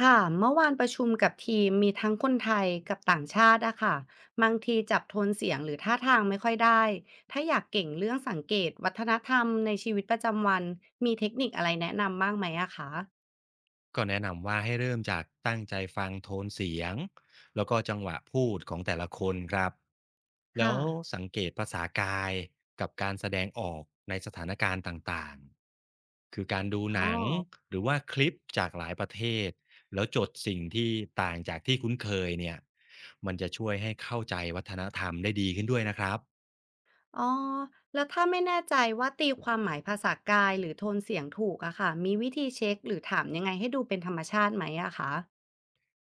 ค่ะเมื่อวานประชุมกับทีมมีทั้งคนไทยกับต่างชาติอะค่ะบางทีจับโทนเสียงหรือท่าทางไม่ค่อยได้ถ้าอยากเก่งเรื่องสังเกตวัฒนธรรมในชีวิตประจำวันมีเทคนิคอะไรแนะนำบ้างไหมอะคะก็แนะนำว่าให้เริ่มจากตั้งใจฟังโทนเสียงแล้วก็จังหวะพูดของแต่ละคนครับแล้ค่ะวสังเกตภาษากายกับการแสดงออกในสถานการณ์ต่างๆคือการดูอ๋อหนังหรือว่าคลิปจากหลายประเทศแล้วจดสิ่งที่ต่างจากที่คุ้นเคยเนี่ยมันจะช่วยให้เข้าใจวัฒนธรรมได้ดีขึ้นด้วยนะครับ อ๋อแล้วถ้าไม่แน่ใจว่าตีความหมายภาษากายหรือโทนเสียงถูกอะค่ะมีวิธีเช็คหรือถามยังไงให้ดูเป็นธรรมชาติไหมอะคะ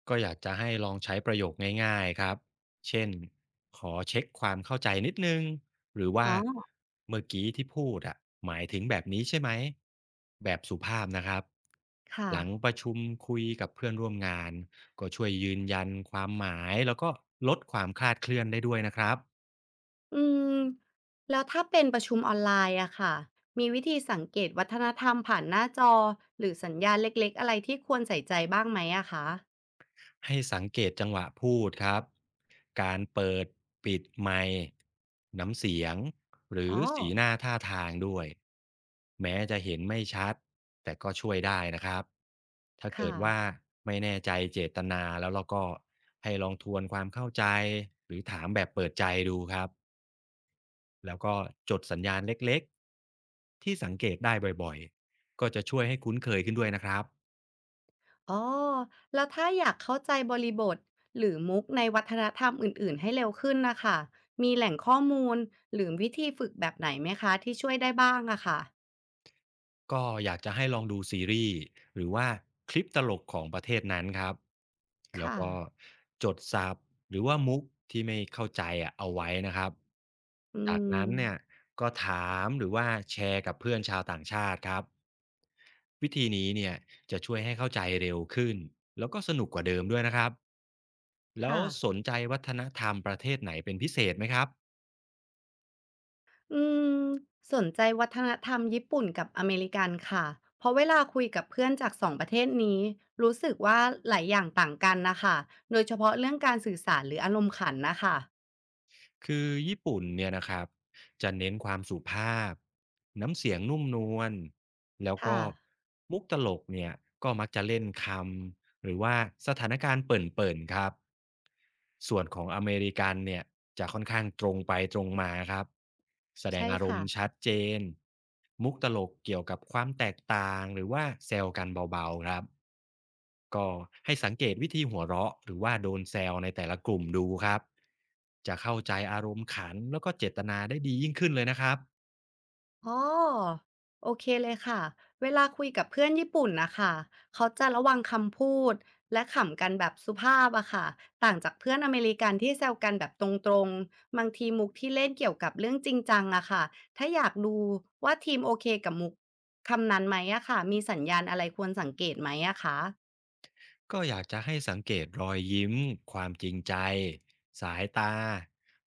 ก็อยากจะให้ลองใช้ประโยคง่ายๆครับ เช่น ขอเช็คความเข้าใจนิดนึง หรือว่าอ๋อเมื่อกี้ที่พูดอะหมายถึงแบบนี้ใช่ไหม แบบสุภาพนะครับ ค่ะ หลังประชุมคุยกับเพื่อนร่วมงานก็ช่วยยืนยันความหมายแล้วก็ลดความคลาดเคลื่อนได้ด้วยนะครับ อืมแล้วถ้าเป็นประชุมออนไลน์อะค่ะมีวิธีสังเกตวัฒนธรรมผ่านหน้าจอหรือสัญญาณเล็กๆอะไรที่ควรใส่ใจบ้างไหมอะคะให้สังเกตจังหวะพูดครับการเปิดปิดไมค์น้ำเสียงหรือ๋ออสีหน้าท่าทางด้วยแม้จะเห็นไม่ชัดแต่ก็ช่วยได้นะครับถ้าเกิค่ะดว่าไม่แน่ใจเจตนาแล้วเราก็ให้ลองทวนความเข้าใจหรือถามแบบเปิดใจดูครับแล้วก็จดสัญญาณเล็กๆที่สังเกตได้บ่อยๆก็จะช่วยให้คุ้นเคยขึ้นด้วยนะครับ อ๋อแล้วถ้าอยากเข้าใจบริบทหรือมุกในวัฒนธรรมอื่นๆให้เร็วขึ้นนะคะมีแหล่งข้อมูลหรือวิธีฝึกแบบไหนไหมคะที่ช่วยได้บ้างอะค่ะก็อยากจะให้ลองดูซีรีส์หรือว่าคลิปตลกของประเทศนั้นครับแล้วค่ะก็จดศัพท์หรือว่ามุกที่ไม่เข้าใจอะเอาไว้นะครับอืจากมนั้นเนี่ยก็ถามหรือว่าแชร์กับเพื่อนชาวต่างชาติครับวิธีนี้เนี่ยจะช่วยให้เข้าใจเร็วขึ้นแล้วก็สนุกกว่าเดิมด้วยนะครับแล้วค่ะ สนใจวัฒนธรรมประเทศไหนเป็นพิเศษไหมครับ อืมสนใจวัฒนธรรมญี่ปุ่นกับอเมริกันค่ะ เพราะเวลาคุยกับเพื่อนจากสองประเทศนี้รู้สึกว่าหลายอย่างต่างกันนะคะ โดยเฉพาะเรื่องการสื่อสารหรืออารมณ์ขันนะคะ คือญี่ปุ่นเนี่ยนะครับจะเน้นความสุภาพน้ำเสียงนุ่มนวลแล้วค่ะ ก็มุกตลกเนี่ยก็มักจะเล่นคำ หรือว่าสถานการณ์เปิ่นๆครับส่วนของอเมริกันเนี่ยจะค่อนข้างตรงไปตรงมาครับแสดงใช่อารมค่ะ ณ์ชัดเจนมุกตลกเกี่ยวกับความแตกต่างหรือว่าแซวกันเบาๆครับก็ให้สังเกตวิธีหัวเราะหรือว่าโดนแซวในแต่ละกลุ่มดูครับจะเข้าใจอารมณ์ขันแล้วก็เจตนาได้ดียิ่งขึ้นเลยนะครับ อ๋อโอเคเลยค่ะเวลาคุยกับเพื่อนญี่ปุ่นนะคะเขาจะระวังคำพูดและขำกันแบบสุภาพอะค่ะต่างจากเพื่อนอเมริกันที่แซวกันแบบตรงๆบางทีมุกที่เล่นเกี่ยวกับเรื่องจริงจังอะค่ะถ้าอยากดูว่าทีมโอเคกับมุกคำนั้นไหมอะค่ะมีสัญญาณอะไรควรสังเกตไหมอะคะก็อยากจะให้สังเกตรอยยิ้มความจริงใจสายตา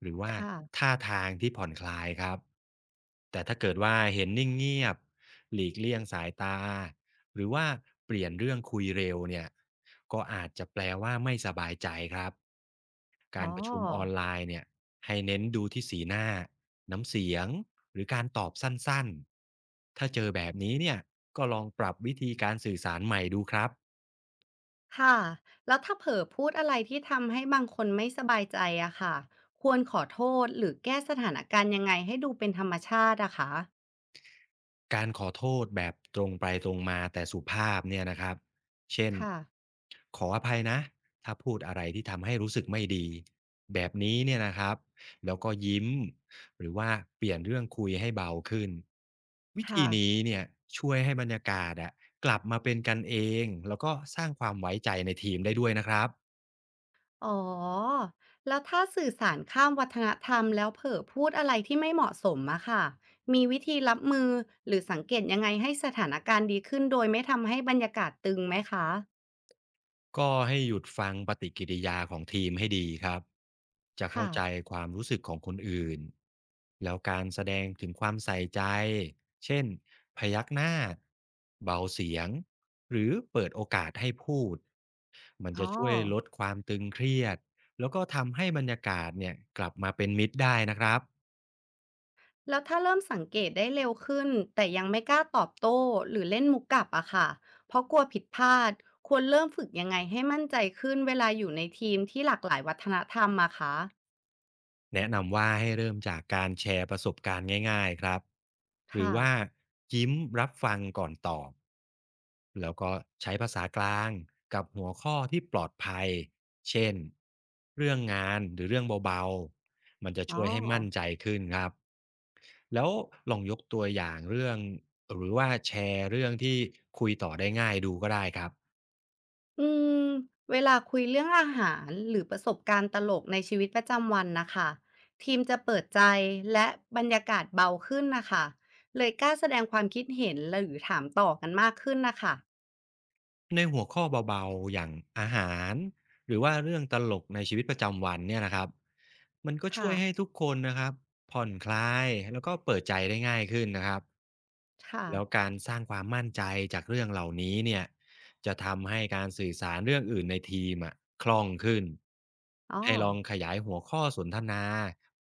หรือว่าค่ะท่าทางที่ผ่อนคลายครับแต่ถ้าเกิดว่าเห็นนิ่งเงียบหลีกเลี่ยงสายตาหรือว่าเปลี่ยนเรื่องคุยเร็วเนี่ยก็อาจจะแปลว่าไม่สบายใจครับอ๋กาอ รประชุมออนไลน์เนี่ยให้เน้นดูที่สีหน้าน้ำเสียงหรือการตอบสั้นๆถ้าเจอแบบนี้เนี่ยก็ลองปรับวิธีการสื่อสารใหม่ดูครับ ค่ะแล้วถ้าเผลอพูดอะไรที่ทำให้บางคนไม่สบายใจอะค่ะควรขอโทษหรือแก้สถานการณ์ยังไงให้ดูเป็นธรรมชาติอะคะการขอโทษแบบตรงไปตรงมาแต่สุภาพเนี่ยนะครับเช่น ค่ะขออภัยนะ ถ้าพูดอะไรที่ทำให้รู้สึกไม่ดี แบบนี้เนี่ยนะครับแล้วก็ยิ้ม หรือว่าเปลี่ยนเรื่องคุยให้เบาขึ้น วิธีค่ะนี้เนี่ยช่วยให้บรรยากาศอะกลับมาเป็นกันเอง แล้วก็สร้างความไว้ใจในทีมได้ด้วยนะครับ อ๋อแล้วถ้าสื่อสารข้ามวัฒนธรรมแล้วเผลอพูดอะไรที่ไม่เหมาะสมอะค่ะมีวิธีรับมือหรือสังเกตยังไงให้สถานการณ์ดีขึ้นโดยไม่ทำให้บรรยากาศตึงไหมคะก็ให้หยุดฟังปฏิกิริยาของทีมให้ดีครับจะเข้าค่ะใจความรู้สึกของคนอื่นแล้วการแสดงถึงความใส่ใจเช่นพยักหน้าเบาเสียงหรือเปิดโอกาสให้พูดมันอ๋อ จะช่วยลดความตึงเครียดแล้วก็ทำให้บรรยากาศเนี่ยกลับมาเป็นมิตรได้นะครับ แล้วถ้าเริ่มสังเกตได้เร็วขึ้นแต่ยังไม่กล้าตอบโต้หรือเล่นมุกกลับอะค่ะเพราะกลัวผิดพลาดควรเริ่มฝึกยังไงให้มั่นใจขึ้นเวลาอยู่ในทีมที่หลากหลายวัฒนธรรมอะคะแนะนำว่าให้เริ่มจากการแชร์ประสบการณ์ง่ายๆครับหรือค่ะว่ายิ้มรับฟังก่อนตอบแล้วก็ใช้ภาษากลางกับหัวข้อที่ปลอดภัยเช่นเรื่องงานหรือเรื่องเบาๆมันจะอ๋อช่วยให้มั่นใจขึ้นครับแล้วลองยกตัวอย่างเรื่องหรือว่าแชร์เรื่องที่คุยต่อได้ง่ายดูก็ได้ครับ อืมเวลาคุยเรื่องอาหารหรือประสบการณ์ตลกในชีวิตประจำวันนะคะทีมจะเปิดใจและบรรยากาศเบาขึ้นนะคะเลยกล้าแสดงความคิดเห็นหรือถามต่อกันมากขึ้นนะคะในหัวข้อเบาๆอย่างอาหารหรือว่าเรื่องตลกในชีวิตประจำวันเนี่ยนะครับมันก็ช่ค่ะวยให้ทุกคนนะครับผ่อนคลายแล้วก็เปิดใจได้ง่ายขึ้นนะครับค่ะแล้วการสร้างความมั่นใจจากเรื่องเหล่านี้เนี่ยจะทำให้การสื่อสารเรื่องอื่นในทีมอะคล่องขึ้นอ๋อ ให้ลองขยายหัวข้อสนทนา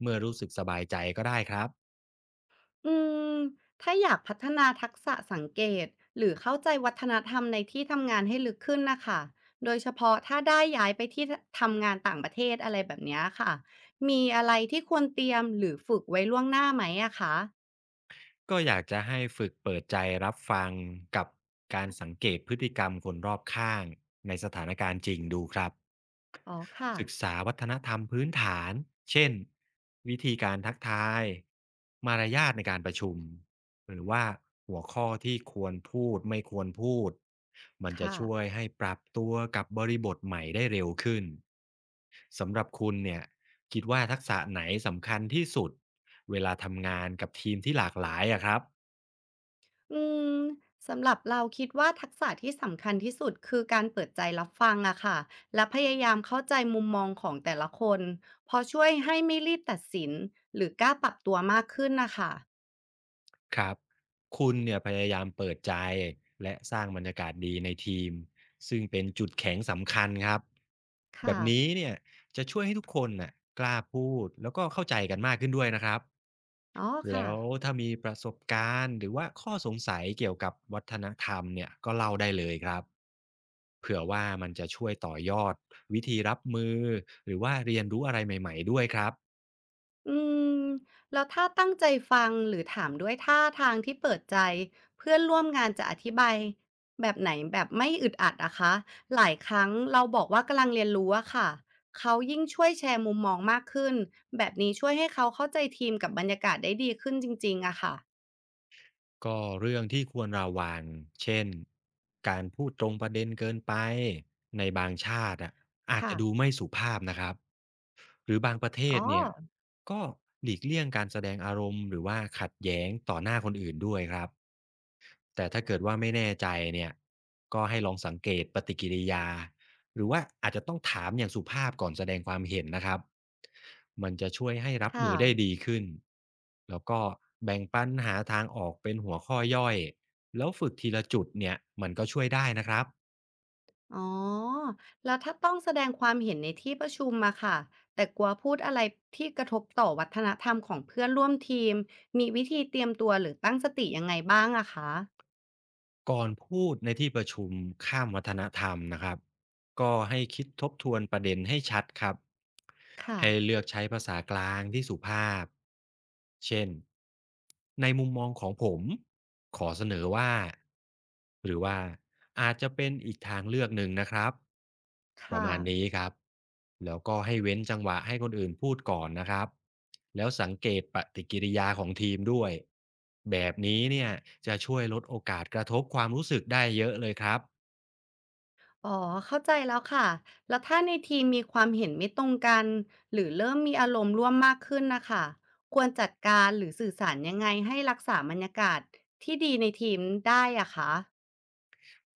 เมื่อรู้สึกสบายใจก็ได้ครับ อืมถ้าอยากพัฒนาทักษะสังเกตหรือเข้าใจวัฒนธรรมในที่ทำงานให้ลึกขึ้นนะค่ะโดยเฉพาะถ้าได้ย้ายไปที่ทำงานต่างประเทศอะไรแบบเนี้ยค่ะ มีอะไรที่ควรเตรียมหรือฝึกไว้ล่วงหน้าไหมอะคะก็อยากจะให้ฝึกเปิดใจรับฟังกับการสังเกตพฤติกรรมคนรอบข้างในสถานการณ์จริงดูครับอ๋อค่ะ ศึกษาวัฒนธรรมพื้นฐานเช่นวิธีการทักทายมารยาทในการประชุมหรือว่าหัวข้อที่ควรพูดไม่ควรพูดมันจะค่ะ ช่วยให้ปรับตัวกับบริบทใหม่ได้เร็วขึ้นสำหรับคุณเนี่ยคิดว่าทักษะไหนสำคัญที่สุด เวลาทำงานกับทีมที่หลากหลายอะครับอืมสำหรับเราคิดว่าทักษะที่สำคัญที่สุดคือการเปิดใจรับฟังอะค่ะและพยายามเข้าใจมุมมองของแต่ละคนเพอช่วยให้ไม่รีบตัดสินหรือกล้าปรับตัวมากขึ้นนะคะ ครับคุณเนี่ยพยายามเปิดใจและสร้างบรรยากาศดีในทีมซึ่งเป็นจุดแข็งสำคัญครับแบค่ะ บนี้เนี่ยจะช่วยให้ทุกคนน่ะกล้าพูดแล้วก็เข้าใจกันมากขึ้นด้วยนะครับอ๋อค่ะ แล้วถ้ามีประสบการณ์หรือว่าข้อสงสัยเกี่ยวกับวัฒนธรรมเนี่ยก็เล่าได้เลยครับเผื่อว่ามันจะช่วยต่อยอดวิธีรับมือหรือว่าเรียนรู้อะไรใหม่ๆด้วยครับ อืม แล้วถ้าตั้งใจฟังหรือถามด้วยท่าทางที่เปิดใจเพื่อนร่วมงานจะอธิบายแบบไหนแบบไม่อึดอัดอะคะหลายครั้งเราบอกว่ากำลังเรียนรู้อะค่ะ เขายิ่งช่วยแชร์มุมมองมากขึ้นแบบนี้ช่วยให้เขาเข้าใจทีมกับบรรยากาศได้ดีขึ้นจริงๆอะค่ะก็เรื่องที่ควรระวังเช่นการพูดตรงประเด็นเกินไปในบางชาติอะอาจค่ะ จะดูไม่สุภาพนะครับ หรือบางประเทอ๋อศเนี่ยก็หลีกเลี่ยงการแสดงอารมณ์หรือว่าขัดแย้งต่อหน้าคนอื่นด้วยครับ แต่ถ้าเกิดว่าไม่แน่ใจเนี่ยก็ให้ลองสังเกตปฏิกิริยาหรือว่าอาจจะต้องถามอย่างสุภาพก่อนแสดงความเห็นนะครับมันจะช่วยให้รับมืค่ะ อได้ดีขึ้นแล้วก็แบ่งปันหาทางออกเป็นหัวข้อย่อยแล้วฝึกทีละจุดเนี่ยมันก็ช่วยได้นะครับอ๋อแล้วถ้าต้องแสดงความเห็นในที่ประชุมอะค่ะแต่กลัวพูดอะไรที่กระทบต่อวัฒนธรรมของเพื่อนร่วมทีมมีวิธีเตรียมตัวหรือตั้งสติยังไงบ้างอะคะก่อนพูดในที่ประชุมข้ามวัฒนธรรมนะครับ ก็ให้คิดทบทวนประเด็นให้ชัดครับค่ะให้เลือกใช้ภาษากลางที่สุภาพเช่นในมุมมองของผมขอเสนอว่าหรือว่าอาจจะเป็นอีกทางเลือกหนึ่งนะครับประค่ะมาณนี้ครับแล้วก็ให้เว้นจังหวะให้คนอื่นพูดก่อนนะครับแล้วสังเกตปฏิกิริยาของทีมด้วยแบบนี้เนี่ยจะช่วยลดโอกาสกระทบความรู้สึกได้เยอะเลยครับ อ๋อเข้าใจแล้วค่ะแล้วถ้าในทีมมีความเห็นไม่ตรงกันหรือเริ่มมีอารมณ์ร่วมมากขึ้นนะคะควรจัดการหรือสื่อสารยังไงให้รักษาบรรยากาศที่ดีในทีมได้อะคะ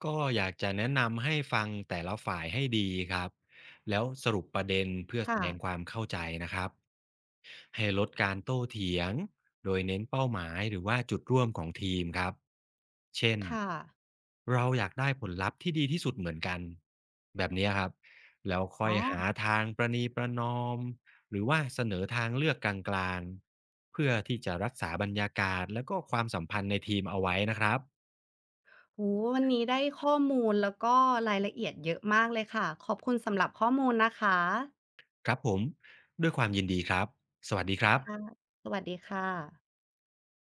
ก็อยากจะแนะนำให้ฟังแต่ละฝ่ายให้ดีครับแล้วสรุปประเด็นเพื่อแสค่ะดงความเข้าใจนะครับให้ลดการโต้เถียงโดยเน้นเป้าหมายหรือว่าจุดร่วมของทีมครับเช่นค่ะเราอยากได้ผลลัพธ์ที่ดีที่สุดเหมือนกันแบบนี้ครับแล้วค่อ๋อยอ หาทางประนีประนอมหรือว่าเสนอทางเลือกกลางๆเพื่อที่จะรักษาบรรยากาศและก็ความสัมพันธ์ในทีมเอาไว้นะครับ โอ้โฮวันนี้ได้ข้อมูลแล้วก็รายละเอียดเยอะมากเลยค่ะขอบคุณสำหรับข้อมูลนะคะครับผมด้วยความยินดีครับสวัสดีครัค่ะบสวัสดีค่ะ